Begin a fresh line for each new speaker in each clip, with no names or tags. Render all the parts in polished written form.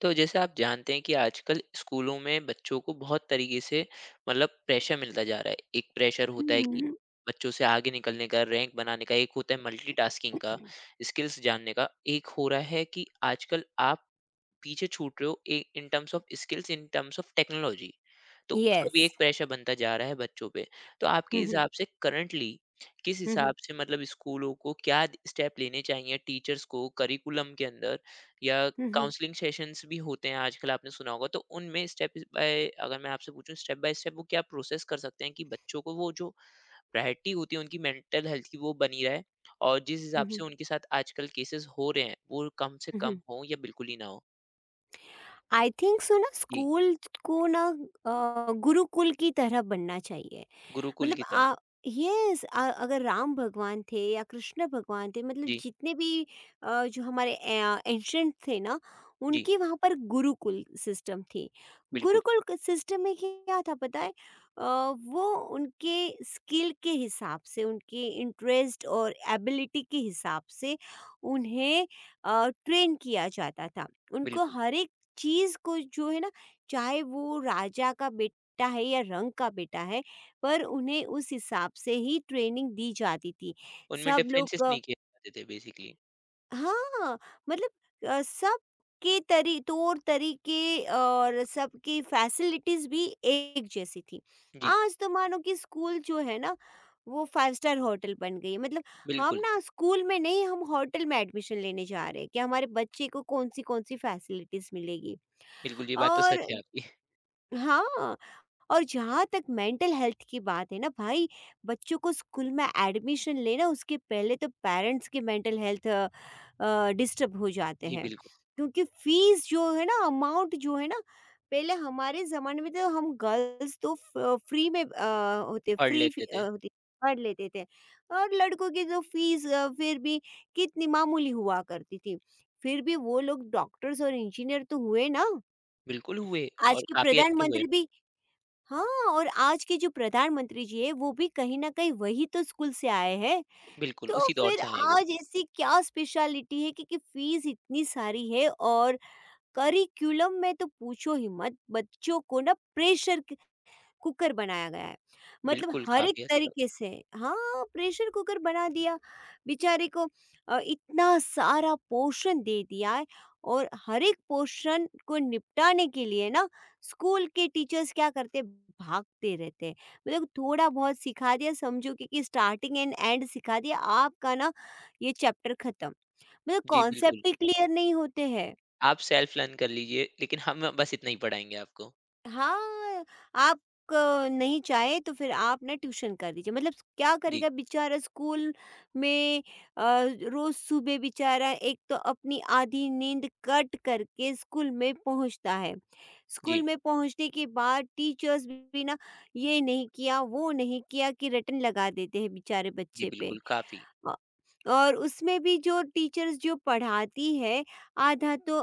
तो जैसे आप जानते हैं कि आजकल स्कूलों में बच्चों को बहुत तरीके से मतलब प्रेशर मिलता जा रहा है। एक प्रेशर होता है कि
हुँ,
बच्चों से आगे निकलने का, रैंक बनाने का। एक होता है मल्टीटास्किंग का, स्किल्स जानने का। एक हो रहा है कि आजकल आप पीछे छूट रहे हो, uh in terms of skills, in terms of technology. तो उसका भी
यस।
एक प्रेशर बनता जा रहा है बच्चों पे। तो आपके
हुँ, हुँ,
हिसाब से करंटली किस
हुँ, हुँ,
हिसाब से, मतलब स्कूलों को क्या स्टेप लेने चाहिए, टीचर्स को करिकुलम के अंदर, या
हुँ, हुँ,
काउंसलिंग सेशंस भी होते हैं आजकल, आपने सुना होगा। तो उनमें स्टेप बाय अगर मैं आपसे पूछूँ, स्टेप बाय स्टेप वो क्या प्रोसेस कर सकते हैं कि बच्चों को वो जो प्रायोरिटी होती है उनकी मेंटल हेल्थ की, वो बनी रहे, और जिस हिसाब
हुँ,
से
हुँ,
उनके साथ आजकल केसेस हो रहे हैं वो कम से
हुँ,
कम
हुँ।
हों या बिल्कुल ही ना हो?
आई थिंक सो ना
जी।
स्कूल को ना गुरुकुल की तरह बनना चाहिए।
गुरुकुल
मतलब
की तरह।
आ यस, अगर राम भगवान थे या कृष्ण भगवान थे, मतलब
जी,
जितने भी जो हमारे एंशंट थे ना,
जी,
उनकी वहाँ पर गुरुकुल सिस्टम थी।
बिल्कुल,
गुरुकुल सिस्टम में क्या था पता है? अ, वो उनके स्किल के हिसाब से, उनके इंटरेस्ट और एबिलिटी के हिसाब से उन्हें ट्रेन किया जाता था। उनको
बिल्कुल।
हर एक चीज़ को जो है ना, चाहे वो राजा का बेटा है या रंग का बेटा है, पर उन्हें उस हिसाब से ही ट्रेनिंग दी जाती थी।
उनमें
सब लोग
डिफरेंसेस नहीं किए जाते थे बेसिकली।
हाँ, मतलब सबके तरी तौर तरीके और सबकी फैसिलिटीज़ भी एक जैसी थी।
जी,
आज तो मानो कि स्कूल जो है ना, वो 5 स्टार होटल बन गई है। मतलब हम
बिल्कुल,
ना स्कूल में नहीं, हम होटल में एडमिशन लेने जा रहे हैं कि हमारे बच्चे को कौन-सी कौन-सी फैसिलिटीज़ मिलेगी।
बिल्कुल, ये बात तो
और
सच है आपकी।
हाँ। और जहाँ तक मेंटल हेल्थ की बात है ना भाई, बच्चों को स्कूल में एडमिशन लेना, उसके पहले तो पेरेंट्स के मेंटल हेल्थ डिस्टर्ब हो जाते
जी,
हैं
बिल्कुल,
क्योंकि फीस जो है ना, अमाउंट जो है ना, पहले हमारे ज़माने में तो हम गर्ल्स तो फ्री में होते,
पढ़ लेते थे।
होती, पढ़ लेते थे। और लड़कों की जो फीस फिर भी कितनी मामूली हुआ करती थी, फिर भी वो लोग डॉक्टर्स और इंजीनियर तो हुए ना।
बिल्कुल हुए,
आज
और
के
काफ़ी अच्छे हुए।
प्रधानमंत्री भी, हाँ, और आज के जो प्रधानमंत्री जी हैं, वो भी कहीं न कहीं वही तो स्कूल से आए हैं।
बिल्कुल,
तो
उसी दौर
फिर
से आए हैं वो।
आज ऐसी क्या स्पेशलिटी है कि फ़ीस इतनी सारी है और करिकुलम में तो पूछो ही मत, बच्चों को ना प्रेशर कुकर बनाया गया है। मतलब
बिल्कुल,
हर एक
काफ़ी हद तक।
तरीके से, हाँ, प्रेशर कुकर बना दिया। बेचारे को इतना सारा पोर्शन दे दिया है और हर एक पोर्शन को निपटाने के लिए ना, स्कूल के टीचर्स क्या करते, भागते रहते हैं। मतलब थोड़ा बहुत सिखा दिया, समझो कि, स्टार्टिंग एंड एंड सिखा दिया आपका ना, ये चैप्टर खत्म। मतलब
जी, बिल्कुल।
कॉन्सेप्ट ही क्लियर नहीं होते हैं।
आप सेल्फ लर्न कर लीजिए, लेकिन हम बस इतना ही पढ़ाएँगे आपको।
हाँ, आप नहीं चाहे तो फिर आप ना ट्यूशन कर दीजिए, मतलब क्या
जी,
करेगा बेचारा स्कूल में। अ, रोज़ सुबह बेचारा एक तो अपनी आधी नींद कट करके स्कूल में पहुंचता है।
जी,
स्कूल में पहुंचने के बाद टीचर्स भी ना, ये नहीं किया, वो नहीं किया, कि रटन लगा देते हैं बेचारे
जी,
बच्चे पे।
बिल्कुल, काफ़ी।
अ, और उसमें भी जो टीचर्स जो पढ़ाती है, आधा तो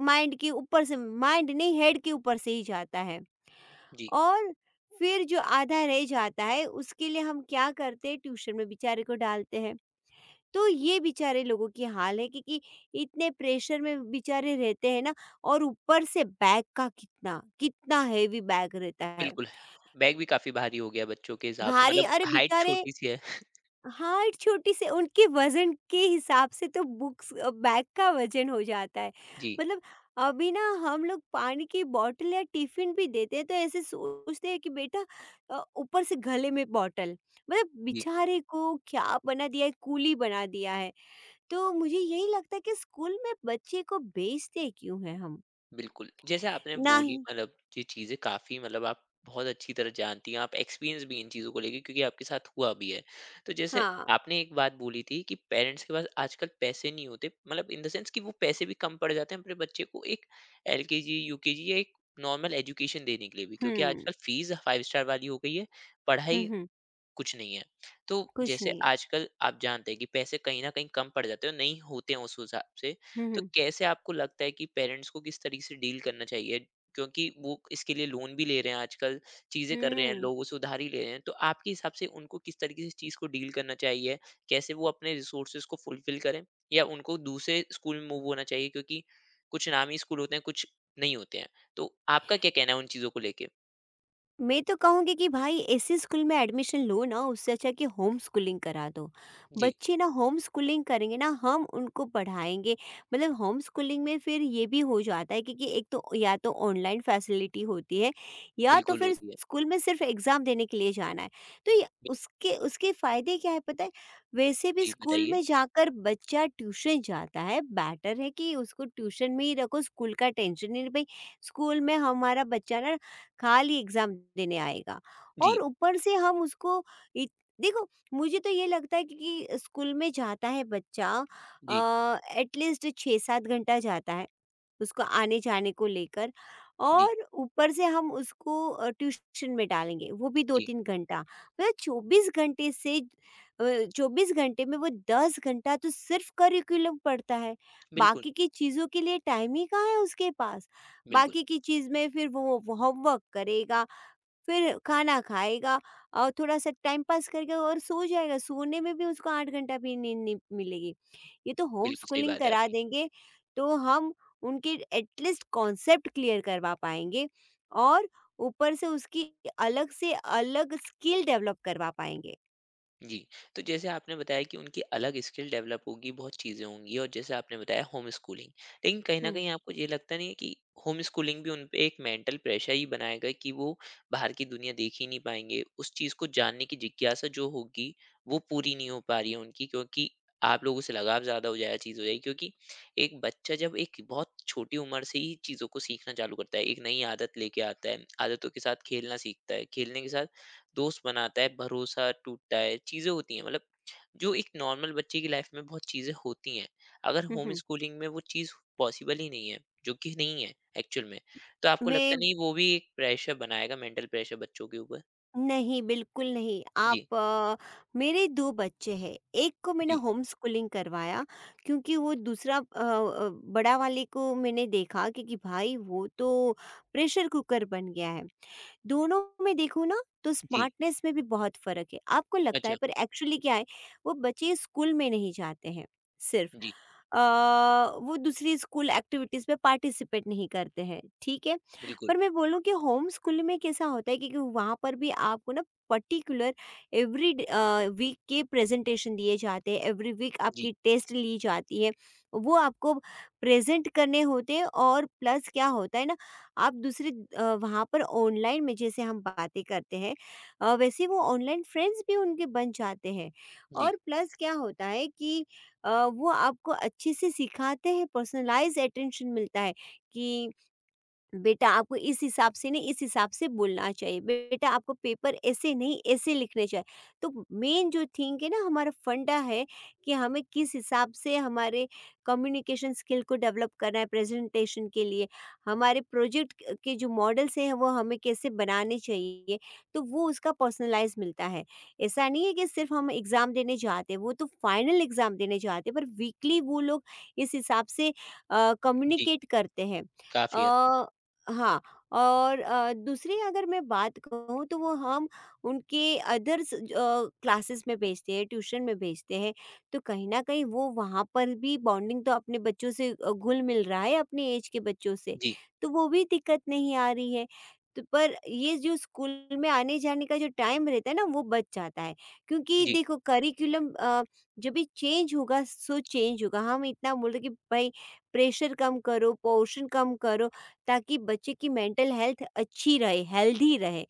माइंड के ऊपर से, माइंड नहीं, हेड के ऊपर से ही जाता है।
जी,
और फिर जो आधा रह जाता है उसके लिए हम क्या करते हैं, ट्यूशन में बेचारे को डालते हैं। तो ये बेचारे लोगों की हाल है क्योंकि इतने प्रेशर में बेचारे रहते हैं ना, और ऊपर से बैग का कितना हेवी बैग रहता है।
बिल्कुल। बैग भी काफ़ी भारी हो गया बच्चों के हिसाब से,
भारी,
मतलब
अरे
हाइट
बेचारे,
छोटी-सी है।
हाइट छोटी से उनके वज़न के हिसाब से तो बुक्स बैग का वज़न हो जाता है।
जी,
मतलब अभी ना हम लोग पानी की बॉटल या टिफ़िन भी देते हैं तो ऐसे सोचते हैं कि बेटा ऊपर से गले में बॉटल। मतलब
जी।
बेचारे को क्या बना दिया है, कूली बना दिया है। तो मुझे यही लगता है कि स्कूल में बच्चे को बेचते क्यों हैं हम?
बिल्कुल, जैसे आपने
ना
बोली,
ही
मतलब ये चीज़ें काफ़ी, मतलब आप बहुत अच्छी तरह जानती हैं, आप एक्सपीरियंस भी इन चीज़ों को लेके, क्योंकि आपके साथ हुआ भी है। तो जैसे
हाँ।
आपने एक बात बोली थी कि पेरेंट्स के पास आजकल पैसे नहीं होते, मतलब इन द सेंस कि वो पैसे भी कम पड़ जाते हैं अपने बच्चे को एक एलकेजी, यूकेजी या एक नॉर्मल एजुकेशन देने के लिए भी, क्योंकि
हुँ,
आजकल फीस 5 स्टार वाली हो गई है,
हुँ,
पढ़ाई
हुँ।
कुछ नहीं है। तो
कुछ
जैसे
नहीं है।
आजकल आप जानते हैं कि पैसे कहीं न कहीं कम पड़ जाते हैं, और नहीं होते हैं उस हिसाब से।
हुँ,
तो
हुँ।
कैसे आपको लगता है कि पेरेंट्स को किस तरीके से डील करना चाहिए? क्योंकि वो इसके लिए लोन भी ले रहे हैं आजकल, चीज़ें कर रहे हैं,
हुँ।
लोगों से उधार ही ले रहे हैं। तो आपके हिसाब से उनको किस तरीके से इस चीज़ को डील करना चाहिए? कैसे वो अपने रिसोर्सेज़ को फुलफ़िल करें? या उनको दूसरे स्कूल में मूव होना चाहिए, क्योंकि कुछ नामी स्कूल होते हैं, कुछ नहीं होते हैं। तो आपका क्या कहना है उन चीज़ों को लेके?
मैं तो कहूँगी कि भाई ऐसे स्कूल में एडमिशन लो ना, उससे अच्छा कि होम स्कूलिंग करा दो।
जी,
बच्चे ना होम स्कूलिंग करेंगे, ना हम उनको पढ़ाएँगे, मतलब होम स्कूलिंग में फिर ये भी हो जाता है क्योंकि एक तो या तो ऑनलाइन फैसिलिटी होती है, या तो
बिल्कुल
फिर
होती है।
स्कूल में सिर्फ़ एग्ज़ाम देने के लिए जाना है। तो ये उसके उसके फ़ायदे क्या है पता है? वैसे भी
जी,
स्कूल
बताइए।
में जाकर बच्चा ट्यूशन जाता है, बेटर है कि उसको ट्यूशन में ही रखो, स्कूल का टेंशन नहीं, भई स्कूल में हमारा बच्चा ना खाली एग्ज़ाम देने आएगा।
जी।
और ऊपर से हम उसको इत देखो, मुझे तो ये लगता है कि स्कूल में जाता है बच्चा,
जी,
एटलीस्ट 6-7 घंटा जाता है, उसको आने-जाने को लेकर,
जी,
और ऊपर से हम उसको ट्यूशन में डालेंगे, वो भी
जी।
2-3 घंटा। मतलब 24 घंटे से अ, 24 घंटे में वो 10 घंटा तो सिर्फ़ करिकुलम पढ़ता है,
बिल्कुल,
बाकी की चीज़ों के लिए टाइम ही कहाँ है उसके पास?
बिल्कुल,
बाकी की चीज़ में फिर वो होमवर्क करेगा, फिर खाना खाएगा और थोड़ा-सा टाइम पास करेगा और सो जाएगा, सोने में भी उसको 8 घंटा भी नींद नहीं मिलेगी। ये तो होम
बिल्कुल सही
स्कूलिंग
बात है
करा
आपकी।
देंगे, तो हम उनके एटलीस्ट कॉन्सेप्ट क्लियर करवा पाएँगे और ऊपर से उसकी अलग से अलग स्किल डेवलप करवा पाएँगे।
जी, तो जैसे आपने बताया कि उनकी अलग स्किल डेवलप होगी, बहुत चीज़ें होंगी, और जैसे आपने बताया, होम स्कूलिंग। लेकिन कहीं न
हुँ,
कहीं आपको ये लगता नहीं है कि होम स्कूलिंग भी उन पे एक मेंटल प्रेशर ही बनाएगा, कि वो बाहर की दुनिया देख ही नहीं पाएँगे? उस चीज़ को जानने की जिज्ञासा जो होगी, वो पूरी नहीं हो पा रही है उनकी, क्योंकि आप लोगों से लगाव ज़्यादा हो जाएगा, चीज़ हो जाएगी। क्योंकि एक बच्चा जब एक बहुत छोटी उम्र से ही चीज़ों को सीखना चालू करता है, एक नई आदत लेके आता है, आदतों के साथ खेलना सीखता है, खेलने के साथ दोस्त बनाता है, भरोसा टूटता है, चीज़ें होती हैं, मतलब जो एक नॉर्मल बच्चे की लाइफ में बहुत चीज़ें होती हैं। अगर
हुँ,
होम
हुँ।
स्कूलिंग में वो चीज़ पॉसिबल ही नहीं है, जो कि नहीं है एक्चुअल में। तो आपको
मैं
लगता नहीं वो भी एक प्रेशर बनाएगा, मेंटल प्रेशर बच्चों के ऊपर?
नहीं, बिल्कुल नहीं।
जी,
आप मेरे 2 बच्चे हैं, एक को मैंने
जी,
होम स्कूलिंग करवाया क्योंकि वो दूसरा बड़ा वाले को मैंने देखा, क्योंकि भाई वो तो प्रेशर कुकर बन गया है। दोनों में देखूँ ना तो
जी।
स्मार्टनेस में भी बहुत फ़र्क है। आपको लगता
अच्छा,
है पर एक्चुअली क्या है, वो बच्चे स्कूल में नहीं जाते हैं सिर्फ़।
जी,
अ, वो दूसरी स्कूल एक्टिविटीज़ में पार्टिसिपेट नहीं करते हैं, ठीक है।
बिल्कुल।
पर मैं बोलूँ कि होम स्कूल में कैसा होता है, क्योंकि वहाँ पर भी आपको ना पर्टिकुलर वीक के प्रेज़ेंटेशन दिए जाते हैं, एवरी वीक
जी,
आपकी टेस्ट ली जाती है। वो आपको प्रेज़ेंट करने होते हैं और प्लस क्या होता है ना, आप दूसरे वहाँ पर ऑनलाइन में जैसे हम बातें करते हैं, वैसे वो ऑनलाइन फ्रेंड्स भी उनके बन जाते हैं।
जी,
और प्लस क्या होता है कि वो आपको अच्छे से सिखाते हैं, पर्सनलाइज अटेंशन मिलता है कि बेटा आपको इस हिसाब से नहीं, इस हिसाब से बोलना चाहिए, बेटा आपको पेपर ऐसे नहीं, ऐसे लिखने चाहिए। तो मेन जो थिंग है ना, हमारा फंडा है कि हमें किस हिसाब से हमारे कम्युनिकेशन स्किल को डेवलप करना है, प्रेजेंटेशन के लिए हमारे प्रोजेक्ट के जो मॉडल्स हैं वो हमें कैसे बनाने चाहिए, तो वो उसका पर्सनलाइज मिलता है। ऐसा नहीं है कि सिर्फ हम एग्ज़ाम देने जाते हैं, वो तो फाइनल एग्ज़ाम देने जाते हैं, पर वीकली वो लोग इस हिसाब से
जी,
कम्युनिकेट करते हैं।
काफ़ी हद तक।
अ, हाँ, और दूसरी अगर मैं बात कहूँ तो वो हम उनके अदर्स क्लासेस में भेजते हैं, ट्यूशन में भेजते हैं, तो कहीं न कहीं वो वहाँ पर भी बॉन्डिंग तो अपने बच्चों से घुल-मिल रहा है अपने ऐज के बच्चों से,
जी,
तो वो भी दिक्कत नहीं आ रही है। तो पर ये जो स्कूल में आने-जाने का जो टाइम रहता है ना, वो बच जाता है क्योंकि
जी,
देखो करिकुलम जब भी चेंज होगा सो चेंज होगा। हम इतना बोल रहे कि भई प्रेशर कम करो, पोर्शन कम करो ताकि बच्चे की मेंटल हेल्थ अच्छी रहे, हेल्दी रहे।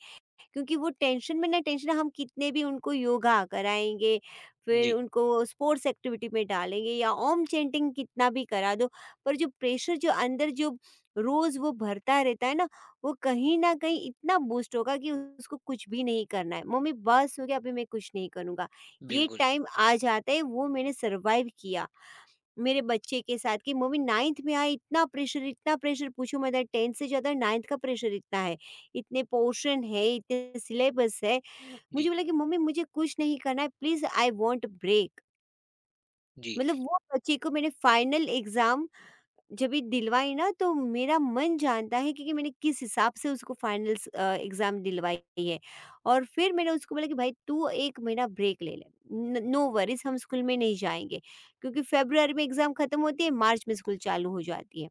क्योंकि वो टेंशन में ना, टेंशन हम कितने भी उनको योगा कराएँगे, फिर
जी,
उनको स्पोर्ट्स एक्टिविटी में डालेंगे या ओम चैंटिंग कितना भी करा दो, पर जो प्रेशर जो अंदर जो रोज़ वो भरता रहता है ना, वो कहीं न कहीं इतना बूस्ट होगा कि उसको कुछ भी नहीं करना है। मम्मी बस हो गया, अभी मैं कुछ नहीं करूँगा। ये
बिल्कुल।
टाइम आ जाता है, वो मैंने सर्वाइव किया। मेरे बच्चे के साथ कि मम्मी नाइन्थ में आई, इतना प्रेशर पूछो मत, टेंथ से ज़्यादा नाइन्थ का प्रेशर इतना है, इतने पोर्शन है, इतने सिलेबस है।
जी,
मुझे बोला कि मम्मी मुझे कुछ नहीं करना है, प्लीज़ आई वॉन्ट ब्रेक।
जी,
मतलब वो बच्चे को मैंने फाइनल एग्जाम जब ये दिलवाई ना, तो मेरा मन जानता है कि, मैंने किस हिसाब से उसको फाइनल्स एग्ज़ाम दिलवाई है। और फिर मैंने उसको बोला कि भाई तू 1 महीना ब्रेक ले ले। न नो वरीज़, हम स्कूल में नहीं जाएँगे, क्योंकि फ़ेब्रुअरी में एग्ज़ाम ख़त्म होती है, मार्च में स्कूल चालू हो जाती है।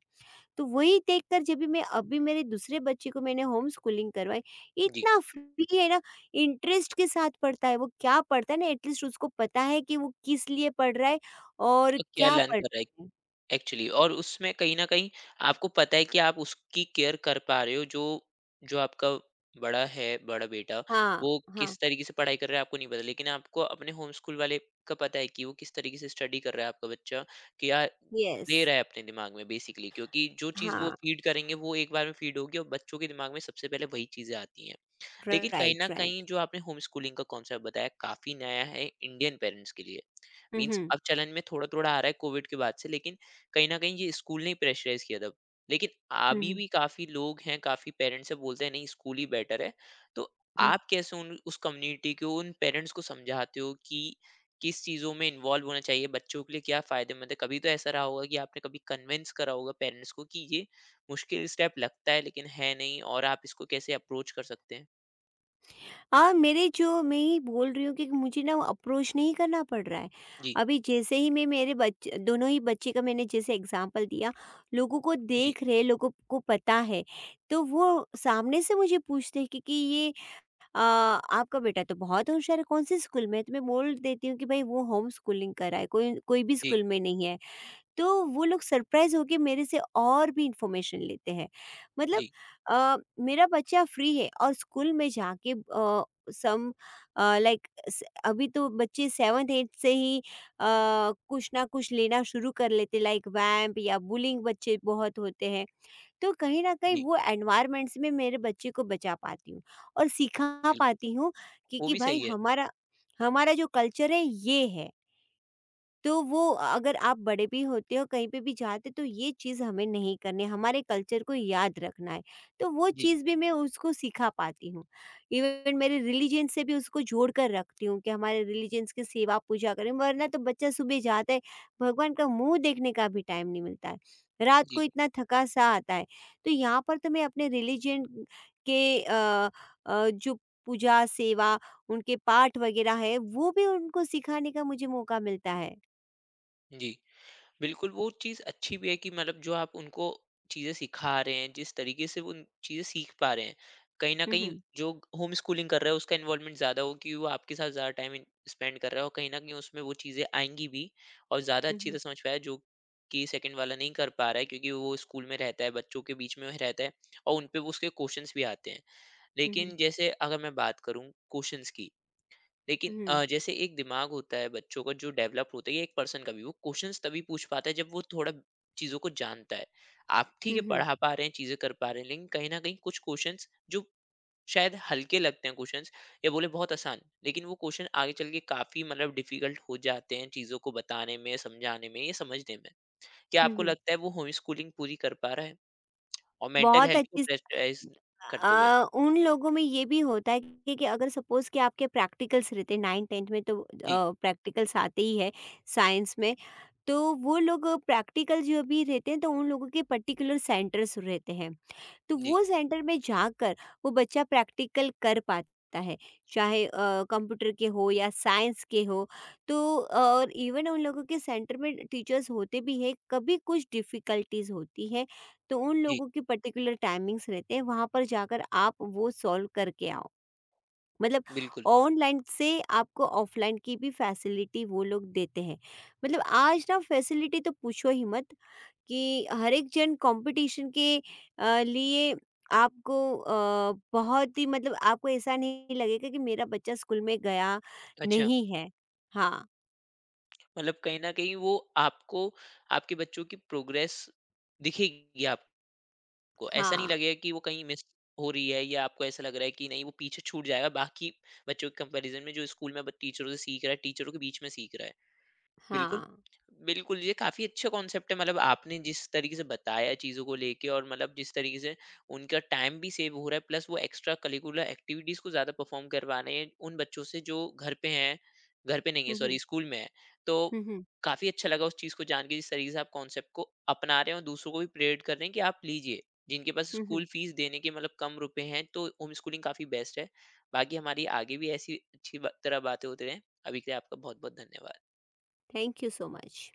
तो वही देखकर जब भी मैं अभी मेरे दूसरे बच्चे को मैंने होम स्कूलिंग करवाई,
जी।
इतना फ्री है ना, इंटरेस्ट के साथ पढ़ता है। वो क्या पढ़ता है ना, एट लीस्ट उसको पता है कि वो किस लिए पढ़ रहा है और
और क्या
क्या
लर्न
पढ़
कराई
रहा है।
एक्चुअली, और उसमें कहीं न कहीं आपको पता है कि आप उसकी केयर कर पा रहे हो। जो जो आपका बड़ा है, बड़ा बेटा,
हाँ,
वो
हाँ।
किस तरीके से पढ़ाई कर रहा है आपको नहीं पता। लेकिन आपको अपने होम स्कूल वाले का पता है कि वो किस तरीके से स्टडी कर रहा है आपका बच्चा, क्या
यस।
ले रहा है अपने दिमाग में बेसिकली, क्योंकि जो चीज़ वो
हाँ,
फीड करेंगे वो एक बार में फीड होगी, और बच्चों के दिमाग में सबसे पहले वही चीज़ें आती हैं। लेकिन कहीं न
राइट,
कहीं
राइट।
जो आपने होम स्कूलिंग का कॉन्सेप्ट बताया, काफ़ी नया है इंडियन पेरेंट्स के लिए।
हुँ,
मीन्स
हुँ।
अब चलन में थोड़ा-थोड़ा आ रहा है कोविड के बाद से, लेकिन कहीं न कहीं ये स्कूल ने ही प्रेशराइज़ किया था। लेकिन
हुँ,
अभी
हुँ,
भी काफ़ी लोग हैं, काफ़ी पेरेंट्स हैं, बोलते हैं नहीं, स्कूल ही बेटर है। तो
हुँ।
आप कैसे उन उस कम्युनिटी को, उन पेरेंट्स को समझाते हो कि किस चीज़ों में इन्वॉल्व होना चाहिए, बच्चों के लिए क्या फ़ायदेमंद है? कभी तो ऐसा रहा होगा कि आपने कभी कन्विंस करा होगा पेरेंट्स को कि ये मुश्किल स्टेप लगता है, लेकिन है नहीं, और आप इसको कैसे अप्रोच कर सकते हैं?
हाँ, मेरे जो मैं ये बोल रही हूँ कि मुझे ना अप्रोच नहीं करना पड़ रहा है।
जी,
अभी जैसे ही मैं मेरे बच दोनों ही बच्चे का मैंने जैसे एग्ज़ाम्पल दिया, लोगों को
जी,
देख रहे, लोगों को पता है, तो वो सामने से मुझे पूछते हैं कि आपका बेटा तो बहुत होशियार है, कौन से स्कूल में है? तो मैं बोल देती हूँ कि भई वो होम स्कूलिंग कर रहा है, कोई कोई भी
जी,
स्कूल में नहीं है। तो वो लोग सरप्राइज़ होके मेरे से और भी इन्फॉर्मेशन लेते हैं। मतलब
जी,
मेरा बच्चा फ्री है। और स्कूल में जाके अ, सम अ, लाइक स अभी तो बच्चे 7th-8th से ही कुछ ना कुछ लेना शुरू कर लेते, लाइक वैम्प या बुलिंग, बच्चे बहुत होते हैं। तो कहीं न कहीं
जी,
वो एनवायरनमेंट्स में मेरे बच्चे को बचा पाती हूँ और सिखा
बिल्कुल।
पाती हूँ
वो
कि
भी
भाई
सही है।
हमारा हमारा जो कल्चर है ये है। तो वो अगर आप बड़े भी होते हो, कहीं पे भी जाते तो ये चीज़ हमें नहीं करनी है, हमारे कल्चर को याद रखना है। तो वो
जी,
चीज़ भी मैं उसको सिखा पाती हूँ। इवन मेरे रिलीजन से भी उसको जोड़ कर रखती हूँ कि हमारे रिलीजन्स की सेवा पूजा करें, वरना तो बच्चा सुबह जाता है, भगवान का मुँह देखने का भी टाइम नहीं मिलता है। रात को
जी,
इतना थका-सा आता है। तो यहाँ पर तो मैं अपने रिलीजन के अ जो पूजा, सेवा, उनके पाठ वगैरह है, वो भी उनको सिखाने का मुझे मौका मिलता है।
जी। बिल्कुल, वो चीज़ अच्छी भी है कि मतलब जो आप उनको चीज़ें सिखा रहे हैं, जिस तरीके से वो उन चीज़ें सीख पा रहे हैं, कहीं न
हुँ,
कहीं
हुँ।
जो होम स्कूलिंग कर रहा है उसका इन्वॉल्वमेंट ज़्यादा हो, कि वो आपके साथ ज़्यादा टाइम इन स्पेंड कर रहा है, और कहीं न कहीं उसमें वो चीज़ें आएँगी भी, और ज़्यादा
हुँ,
अच्छी
हुँ।
तरह समझ पाया, जो कि सेकंड वाला नहीं कर पा रहा है, क्योंकि वो स्कूल में रहता है, बच्चों के बीच में रहता है, और उन पे वो उसके क्वेश्चन्स भी आते हैं।
हुँ, हुँ।
लेकिन जैसे अगर मैं बात करूँ क्वेश्चन्स की, लेकिन
हुँ,
जैसे एक दिमाग होता है बच्चों का जो डेवलप होता है, ये एक पर्सन का भी, वो क्वेश्चंस तभी पूछ पाता है जब वो थोड़ा चीज़ों को जानता है। आप ठीक
हुँ,
है
हुँ,
पढ़ा पा रहे हैं, चीज़ें कर पा रहे हैं, लेकिन कहीं ना कहीं कुछ क्वेश्चंस जो शायद हल्के लगते हैं क्वेश्चंस, या बोले बहुत आसान, लेकिन वो क्वेश्चन आगे चल के काफ़ी, मतलब डिफिकल्ट हो जाते हैं, चीज़ों को बताने में, समझाने में या समझने में। क्या
हुँ,
आपको
हुँ।
लगता है वो होम स्कूलिंग पूरी कर पा रहा है, और मेंटल
बहुत
हेल्थ को
अच्छी स
प्रेशराइज करते हुए?
अ, उन लोगों में ये भी होता है कि अगर सपोज़ कि आपके प्रैक्टिकल्स रहते हैं 9th-10th में, तो
जी,
प्रैक्टिकल्स आते ही है साइंस में। तो वो लोग प्रैक्टिकल जो भी रहते हैं, तो उन लोगों के पर्टिकुलर सेंटर्स रहते हैं। तो
जी,
वो सेंटर में जाकर वो बच्चा प्रैक्टिकल कर पाता है, चाहे कंप्यूटर के हो या साइंस के हो। तो और इवन उन लोगों के सेंटर में टीचर्स होते भी हैं, कभी कुछ डिफ़िकल्टीज़ होती है, तो उन
जी,
लोगों की पर्टिकुलर टाइमिंग्स रहते हैं, वहाँ पर जाकर आप वो सॉल्व करके आओ। मतलब
बिल्कुल।
ऑनलाइन से आपको ऑफलाइन की भी फैसिलिटी वो लोग देते हैं। मतलब आज ना फैसिलिटी तो पूछो ही मत कि हर एक जन कंपटीशन के लिए आपको बहुत ही, मतलब आपको ऐसा नहीं लगेगा कि मेरा बच्चा स्कूल में गया
अच्छा,
नहीं है। हाँ,
मतलब कहीं न कहीं वो आपको, आपके बच्चों की प्रोग्रेस दिखेगी आपको। ऐसा नहीं
हाँ,
लगेगा कि वो कहीं मिस हो रही है, या आपको ऐसा लग रहा है कि नहीं वो पीछे छूट जाएगा बाकी बच्चों के कंपैरिज़न में, जो स्कूल में ब टीचरों से सीख रहा है, टीचरों के बीच में सीख रहा है। बिल्कुल,
हाँ।
बिल्कुल, ये काफ़ी अच्छा कॉन्सेप्ट है, मतलब आपने जिस तरीके से बताया चीज़ों को लेके, और मतलब जिस तरीके से उनका टाइम भी सेव हो रहा है, प्लस वो एक्स्ट्रा करिकुलर एक्टिविटीज़ को ज़्यादा परफ़ॉर्म करवा रहे हैं उन बच्चों से, जो घर पे हैं, घर पे नहीं है
हुँ, हुँ।
सॉरी, स्कूल में है। तो
हुँ, हुँ।
काफ़ी अच्छा लगा उस चीज़ को जान के, जिस तरीके से आप कॉन्सेप्ट को अपना रहे हैं, और दूसरों को भी प्रेरित कर रहे हैं कि आप लीजिए। जिनके पास
हुँ,
स्कूल
हुँ।
फ़ीस देने के मतलब कम रुपए हैं, तो होम स्कूलिंग काफ़ी बेस्ट है। बाकी हमारी आगे भी ऐसी अच्छी ब तरह बातें होती रहें। अभी के लिए आपका बहुत-बहुत धन्यवाद।
Thank you so much.